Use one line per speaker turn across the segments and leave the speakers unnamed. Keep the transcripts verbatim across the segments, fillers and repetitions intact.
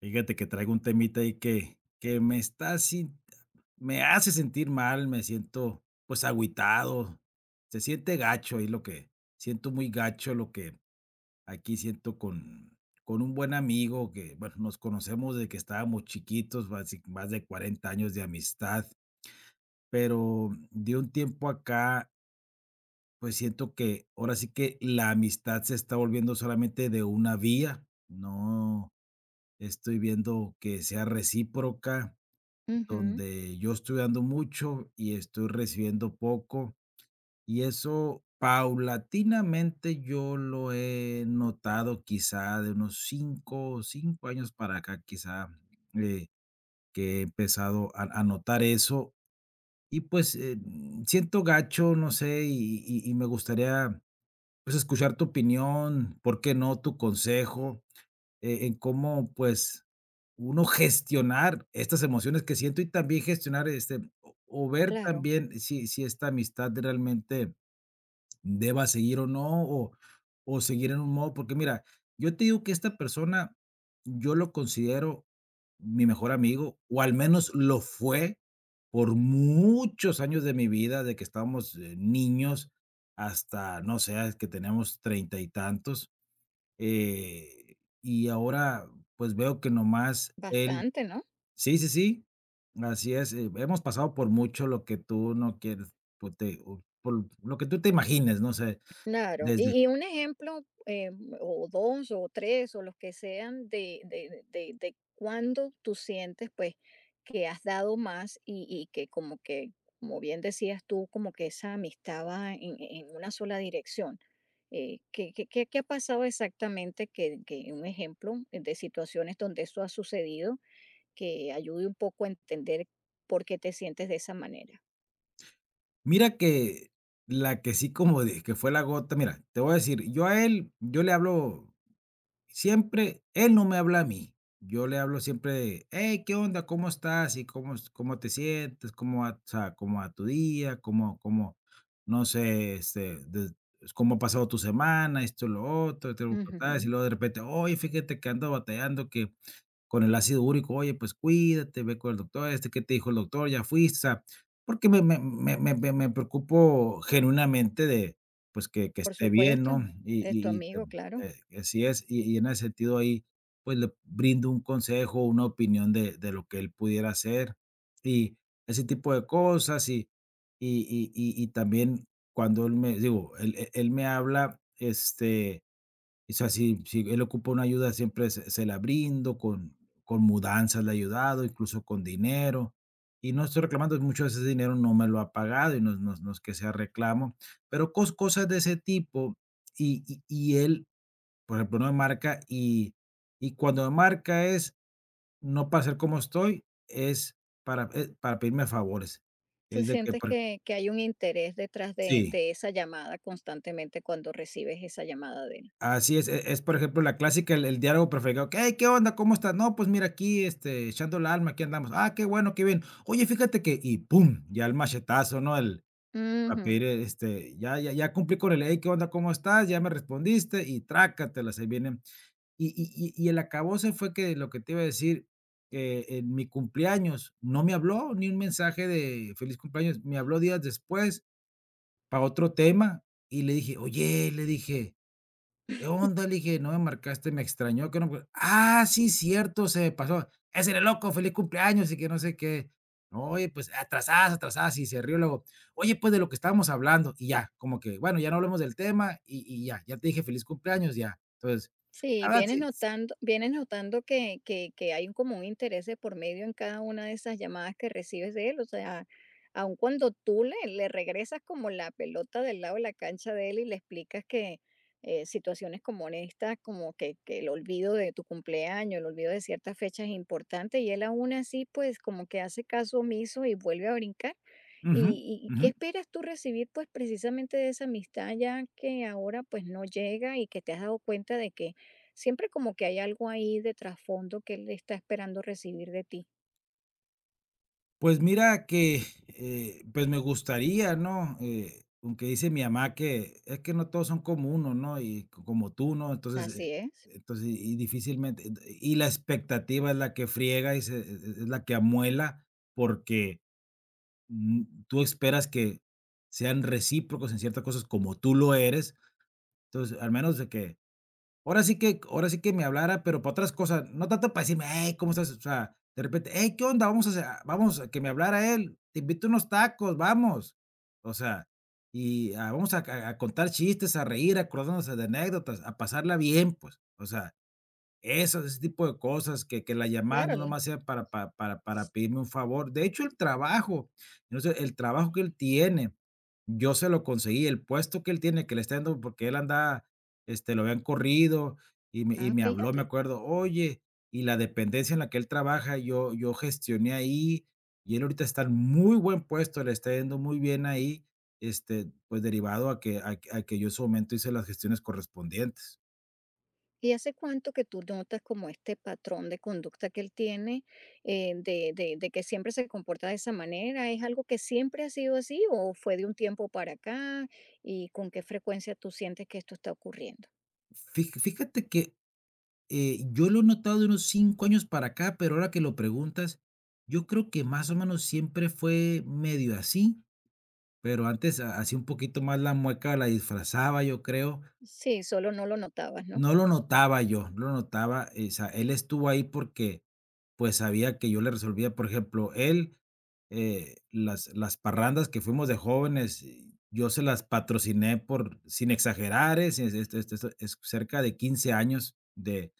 Fíjate que traigo un temita ahí que que me está sin me hace sentir mal, me siento, pues, agüitado. Se siente gacho ahí lo que siento muy gacho lo que aquí siento con con un buen amigo que, bueno, nos conocemos desde que estábamos chiquitos, basi más de cuarenta años de amistad, pero de un tiempo acá, pues, siento que ahora sí que la amistad se está volviendo solamente de una vía, no estoy viendo que sea recíproca,
Ujú,
donde yo estoy dando mucho y estoy recibiendo poco, y eso paulatinamente yo lo he notado quizá de unos 5, cinco años para acá, quizá, eh, que he empezado a, a notar eso. Y pues, eh, mm, siento gacho, no sé, y, y- y me gustaría pues escuchar tu opinión, ¿por qué no tu consejo? Eh, en cómo, pues, uno gestionar estas emociones que siento y también gestionar, este, o o ver
claro,
también si si esta amistad realmente deba seguir o no, o o seguir en un modo, porque mira, yo te digo que esta persona, yo lo considero mi mejor amigo, o al menos lo fue por muchos años de mi vida, de que estábamos, eh, niños hasta, no sé, que tenemos treinta y tantos. Eh, y ahora, pues, veo que nomás él.
bastante, ¿no?
Sí, sí, sí, así es, eh, hemos pasado por mucho, lo que tú no quieres, pues, te o por lo que tú te imagines, no sé,
Claro.
desde...
Y, y un ejemplo, eh, o dos, o tres, o los que sean, de, de, de, de cuándo tú sientes, pues, que has dado más y, y que como que, como bien decías tú, como que esa amistad va en, en una sola dirección. Eh, ¿qué, qué, qué- qué ha pasado exactamente? Que, que un ejemplo de situaciones donde eso ha sucedido que ayude un poco a entender por qué te sientes de esa manera.
Mira que la que sí, como de que fue la gota, mira, te voy a decir, yo a él, yo le hablo. Siempre él no me habla a mí, yo le hablo siempre, de: "Hey, ¿qué onda? ¿Cómo estás? ¿Y cómo es cómo te sientes? ¿Cómo va, o sea, cómo va tu día? ¿Cómo cómo, no sé, este, des cómo ha pasado tu semana?", esto, lo otro, te lo contás. Y
Ujú.
luego, de repente: "Oye, fíjate que ando batallando que con el ácido úrico". Oye, pues cuídate, ve con el doctor, este, ¿qué te dijo el doctor? Ya fuiste, o sea, porque me me me me me me preocupo genuinamente de, pues, que que
Por
esté bien, ¿no?
supuesto,
Y
es tu
y y
amigo,
tam
claro.
eh, Así es, y y en ese sentido ahí, pues, le brindo un consejo, una opinión de de lo que él pudiera hacer, y ese tipo de cosas, y y y y y también cuando él me digo, él él él me habla, este, o sea, si si él ocupa una ayuda, siempre se se la brindo, con con mudanzas le he ayudado, incluso con dinero, y no estoy reclamando, mucho de ese dinero no me lo ha pagado y no no no es que sea reclamo, pero cos cosas de ese tipo, y y y él, por ejemplo, no me marca, y y cuando me marca es no para ser como estoy, es para, eh, para pedirme favores.
Tú
Es de que
sientes
por...
que, que hay un interés detrás de,
Sí.
de esa llamada constantemente cuando recibes esa llamada de él.
Así es, e es, por ejemplo, la clásica, el el diálogo preferido, ¿qué? "Hey, ¿qué onda? ¿Cómo estás?". "No, pues mira, aquí, este, echando la alma, aquí andamos". "Ah, qué bueno, qué bien. Oye, fíjate que", y pum, ya el machetazo, ¿no? El a
Ujú.
pedir, eh, este, ya ya ya cumplí con el: "Hey, ¿qué onda? ¿Cómo estás? Ya me respondiste", y trácatelas, ahí vienen. Y y y y el acabose fue, que lo que te iba a decir, que en mi cumpleaños no me habló ni un mensaje de feliz cumpleaños. Me habló días después para otro tema, y le dije: "Oye", le dije, "¿qué onda?". Le dije, no me marcaste, me extrañó que no me... "Ah, sí, cierto, se me pasó. Ese era loco, feliz cumpleaños", y que no sé qué. "No, oye, pues atrasadas, atrasadas", y se rió luego. "Oye, pues de lo que estábamos hablando", y ya, como que, bueno, ya no hablamos del tema y y ya, ya te dije feliz cumpleaños, ya. Entonces... La
Sí,
verdad
vienes
sí s...
notando, vienes notando que, que, que hay un, común interés de por medio en cada una de esas llamadas que recibes de él. O sea, aun cuando tú le, le regresas como la pelota del lado de la cancha de él y le explicas que eh, situaciones como esta, como que, que el olvido de tu cumpleaños, el olvido de ciertas fechas es importante, y él aún así, pues como que hace caso omiso y vuelve a brincar.
Ujú,
¿Y, y
ujú.
qué esperas tú recibir pues precisamente de esa amistad ya que ahora pues no llega y que te has dado cuenta de que siempre como que hay algo ahí de trasfondo que él está esperando recibir de ti?
Pues mira que, eh, pues me gustaría, ¿no? Eh, aunque dice mi mamá que es que no todos son como uno, ¿no? Y co como tú, ¿no? Entonces, eh,
Así es,
entonces, y y difícilmente, ent y la expectativa es la que friega y se e e es la que amuela, porque, mm, tú esperas que sean recíprocos en ciertas cosas como tú lo eres. Entonces, al menos de que... Ahora sí que, ahora sí que me hablara, pero para otras cosas, no tanto para decirme: "Hey, ¿cómo estás?". O sea, de repente: "Hey, ¿qué onda? Vamos a hacer- vamos a Que me hablara él: 'Te invito unos tacos, vamos'". O sea, y, ah, vamos a a a contar chistes, a reír, acordándose de anécdotas, a pasarla bien, pues. O sea, eso, ese tipo de cosas, que que la llamada
claro.
no
La-
nomás sea para para para para pedirme un favor. De hecho, el trabajo... Entonces el trabajo que él tiene, yo se lo conseguí, el puesto que él tiene, que le está dando, porque él andaba, este, lo habían corrido, y me y
Ah,
me habló, me
fíjate.
acuerdo: "Oye, y la dependencia en la que él trabaja, yo yo gestioné ahí, y él ahorita está en muy buen puesto, le está yendo muy bien ahí", este, pues derivado a que a que a que yo en su momento hice las gestiones correspondientes.
¿Y hace cuánto que tú notas como este patrón de conducta que él tiene, eh, de, de, de que siempre se comporta de esa manera? ¿Es algo que siempre ha sido así o fue de un tiempo para acá? ¿Y con qué frecuencia tú sientes que esto está ocurriendo?
Fij Fíjate que... Eh, yo lo he notado de unos cinco años para acá, pero ahora que lo preguntas, yo creo que más o menos siempre fue medio así, pero antes ha hacía un poquito más la mueca, la disfrazaba, yo creo.
Sí, solo no lo notabas, ¿no?
No lo notaba yo, no lo notaba, eh, o sea, él estuvo ahí porque, pues, sabía que yo le resolvía, por ejemplo, él, eh, las las parrandas que fuimos de jóvenes, eh, yo se las patrociné por, sin exagerar, eh, si es es es es cerca de quince años de,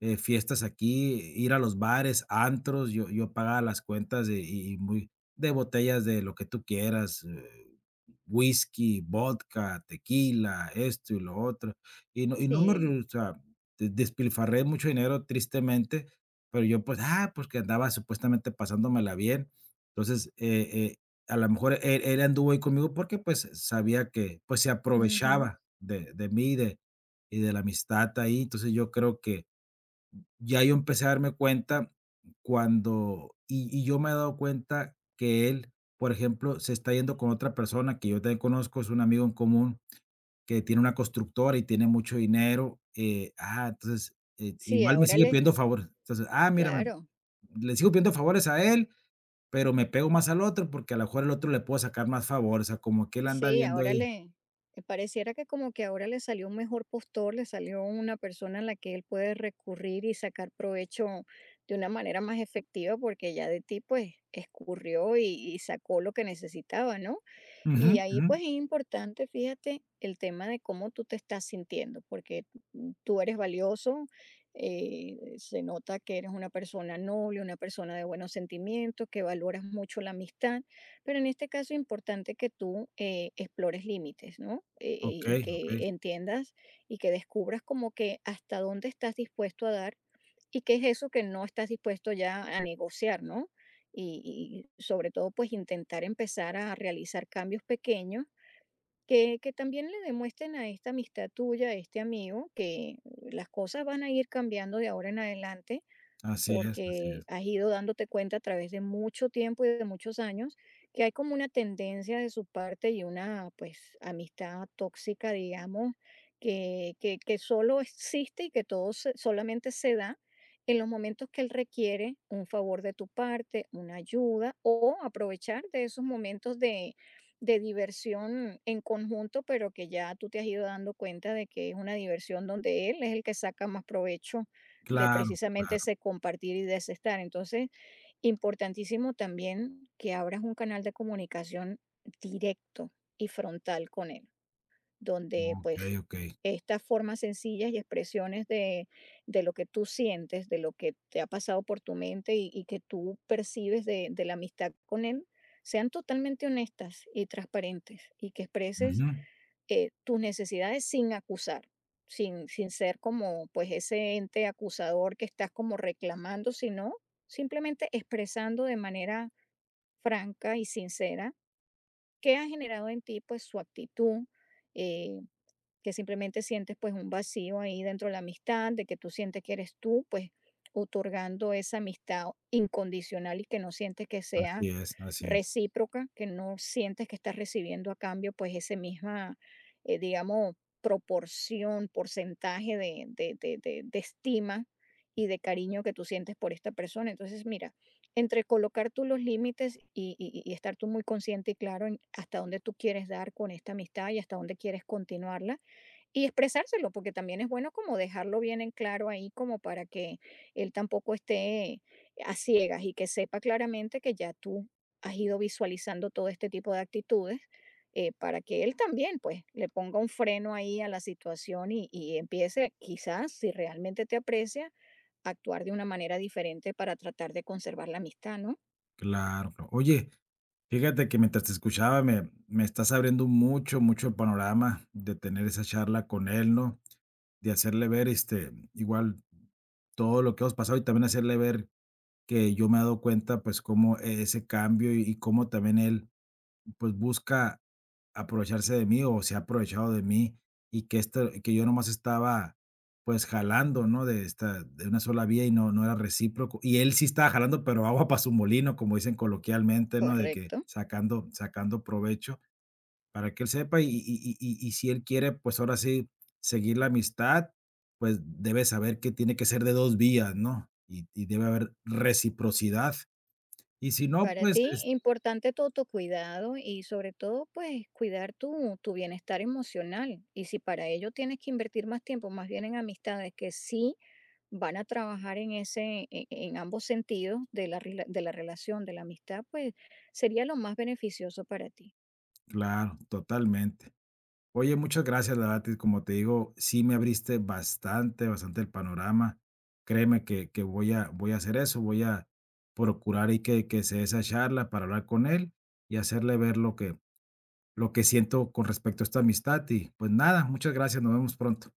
eh, fiestas aquí, ir a los bares, antros, yo yo pagaba las cuentas de, y y muy, de botellas de lo que tú quieras, eh, whisky, vodka, tequila, esto y lo otro. Y no y no me
Sí.
re... O sea, de despilfarré mucho dinero tristemente, pero yo, pues, ah, pues, que andaba supuestamente pasándomela bien. Entonces, eh eh, a lo mejor él él anduvo ahí conmigo porque, pues, sabía que, pues, se
Ujú.
aprovechaba de de mí y de y de la amistad ahí. Entonces, yo creo que ya yo empecé a darme cuenta cuando, y y yo me he dado cuenta que él, por ejemplo, se está yendo con otra persona que yo también conozco. Es un amigo en común que tiene una constructora y tiene mucho dinero, eh, ah, entonces, eh,
Sí,
igual me
ahora
sigue
le
pidiendo favores. Entonces, ah, mira, me
claro.
le sigo pidiendo favores a él, pero me pego más al otro, porque a lo mejor el otro le puedo sacar más favores, o sea, como que él anda
Sí,
viendo
ahora
ahí.
le eh, pareciera que como que ahora le salió un mejor postor, le salió una persona a la que él puede recurrir y sacar provecho de una manera más efectiva, porque ya de ti, pues, escurrió y y sacó lo que necesitaba, ¿no?
Ujú,
Y ahí
ujú.
pues es importante, fíjate, el tema de cómo tú te estás sintiendo, porque mm, tú eres valioso, eh, se nota que eres una persona noble, una persona de buenos sentimientos, que valoras mucho la amistad, pero en este caso es importante que tú eh, explores límites, ¿no? Eh, eh, y
Okey, okey.
que entiendas y que descubras como que hasta dónde estás dispuesto a dar. ¿Y qué es eso que no estás dispuesto ya a negociar, no? Y, y sobre todo, pues intentar empezar a realizar cambios pequeños que, que también le demuestren a esta amistad tuya, a este amigo, que las cosas van a ir cambiando de ahora en adelante
Así es, así
porque
es.
has ido dándote cuenta a través de mucho tiempo y de muchos años que hay como una tendencia de su parte y una pues amistad tóxica, digamos, que, que, que solo existe y que todo se- solamente se da en los momentos que él requiere un favor de tu parte, una ayuda o aprovechar de esos momentos de, de diversión en conjunto, pero que ya tú te has ido dando cuenta de que es una diversión donde él es el que saca más provecho de
Claro,
precisamente
claro.
ese compartir y de ese estar. Entonces, importantísimo también que abras un canal de comunicación directo y frontal con él, donde pues
Okey, okey.
estas formas sencillas y expresiones de, de lo que tú sientes, de lo que te ha pasado por tu mente y, y que tú percibes de, de la amistad con él, sean totalmente honestas y transparentes y que expreses
Ujú.
eh, tus necesidades sin acusar, sin, sin ser como pues ese ente acusador que estás como reclamando, sino simplemente expresando de manera franca y sincera qué ha generado en ti pues su actitud, eh, que simplemente sientes pues un vacío ahí dentro de la amistad, de que tú sientes que eres tú, pues otorgando esa amistad incondicional y que no sientes que sea
Así es, así es.
recíproca, que no sientes que estás recibiendo a cambio pues ese misma, eh, digamos, proporción, porcentaje de, de, de, de, de estima y de cariño que tú sientes por esta persona. Entonces, mira, entre colocar tú los límites y, y- y estar tú muy consciente y claro en hasta dónde tú quieres dar con esta amistad y hasta dónde quieres continuarla, y expresárselo, porque también es bueno como dejarlo bien en claro ahí, como para que él tampoco esté a ciegas y que sepa claramente que ya tú has ido visualizando todo este tipo de actitudes, eh, para que él también, pues, le ponga un freno ahí a la situación y, y empiece, quizás, si realmente te aprecia, a actuar de una manera diferente para tratar de conservar la amistad, ¿no?
Claro, claro. Oye, fíjate que mientras te escuchaba, me me estás abriendo mucho, mucho el panorama de tener esa charla con él, ¿no? De hacerle ver, este, igual todo lo que hemos pasado y también hacerle ver que yo me he dado cuenta, pues, cómo e ese cambio y y cómo también él, pues, busca aprovecharse de mí, o se ha aprovechado de mí, y que esto que yo nomás estaba, pues, jalando, ¿no?, de esta de una sola vía y no no era recíproco. Y él sí estaba jalando, pero agua para su molino, como dicen coloquialmente, ¿no?, de que
Correcto.
sacando, sacando provecho, para que él sepa. Y y y y y si él quiere, pues, ahora sí, seguir la amistad, pues, debe saber que tiene que ser de dos vías, ¿no? Y y debe haber reciprocidad. Y si no,
Para
pues,
ti,
es...
importante tu autocuidado y sobre todo, pues, cuidar tu, tu bienestar emocional. Y si para ello tienes que invertir más tiempo, más bien en amistades que sí van a trabajar en ese, en, en ambos sentidos de la, rela- de la relación, de la amistad, pues sería lo más beneficioso para ti.
Claro, totalmente. Oye, muchas gracias, la verdad, y como te digo, sí me abriste bastante, bastante el panorama. Créeme que, que voy a, voy a hacer eso, voy a procurar y que, que se dé esa charla para hablar con él y hacerle ver lo que, lo que siento con respecto a esta amistad. Y pues nada, muchas gracias, nos vemos pronto.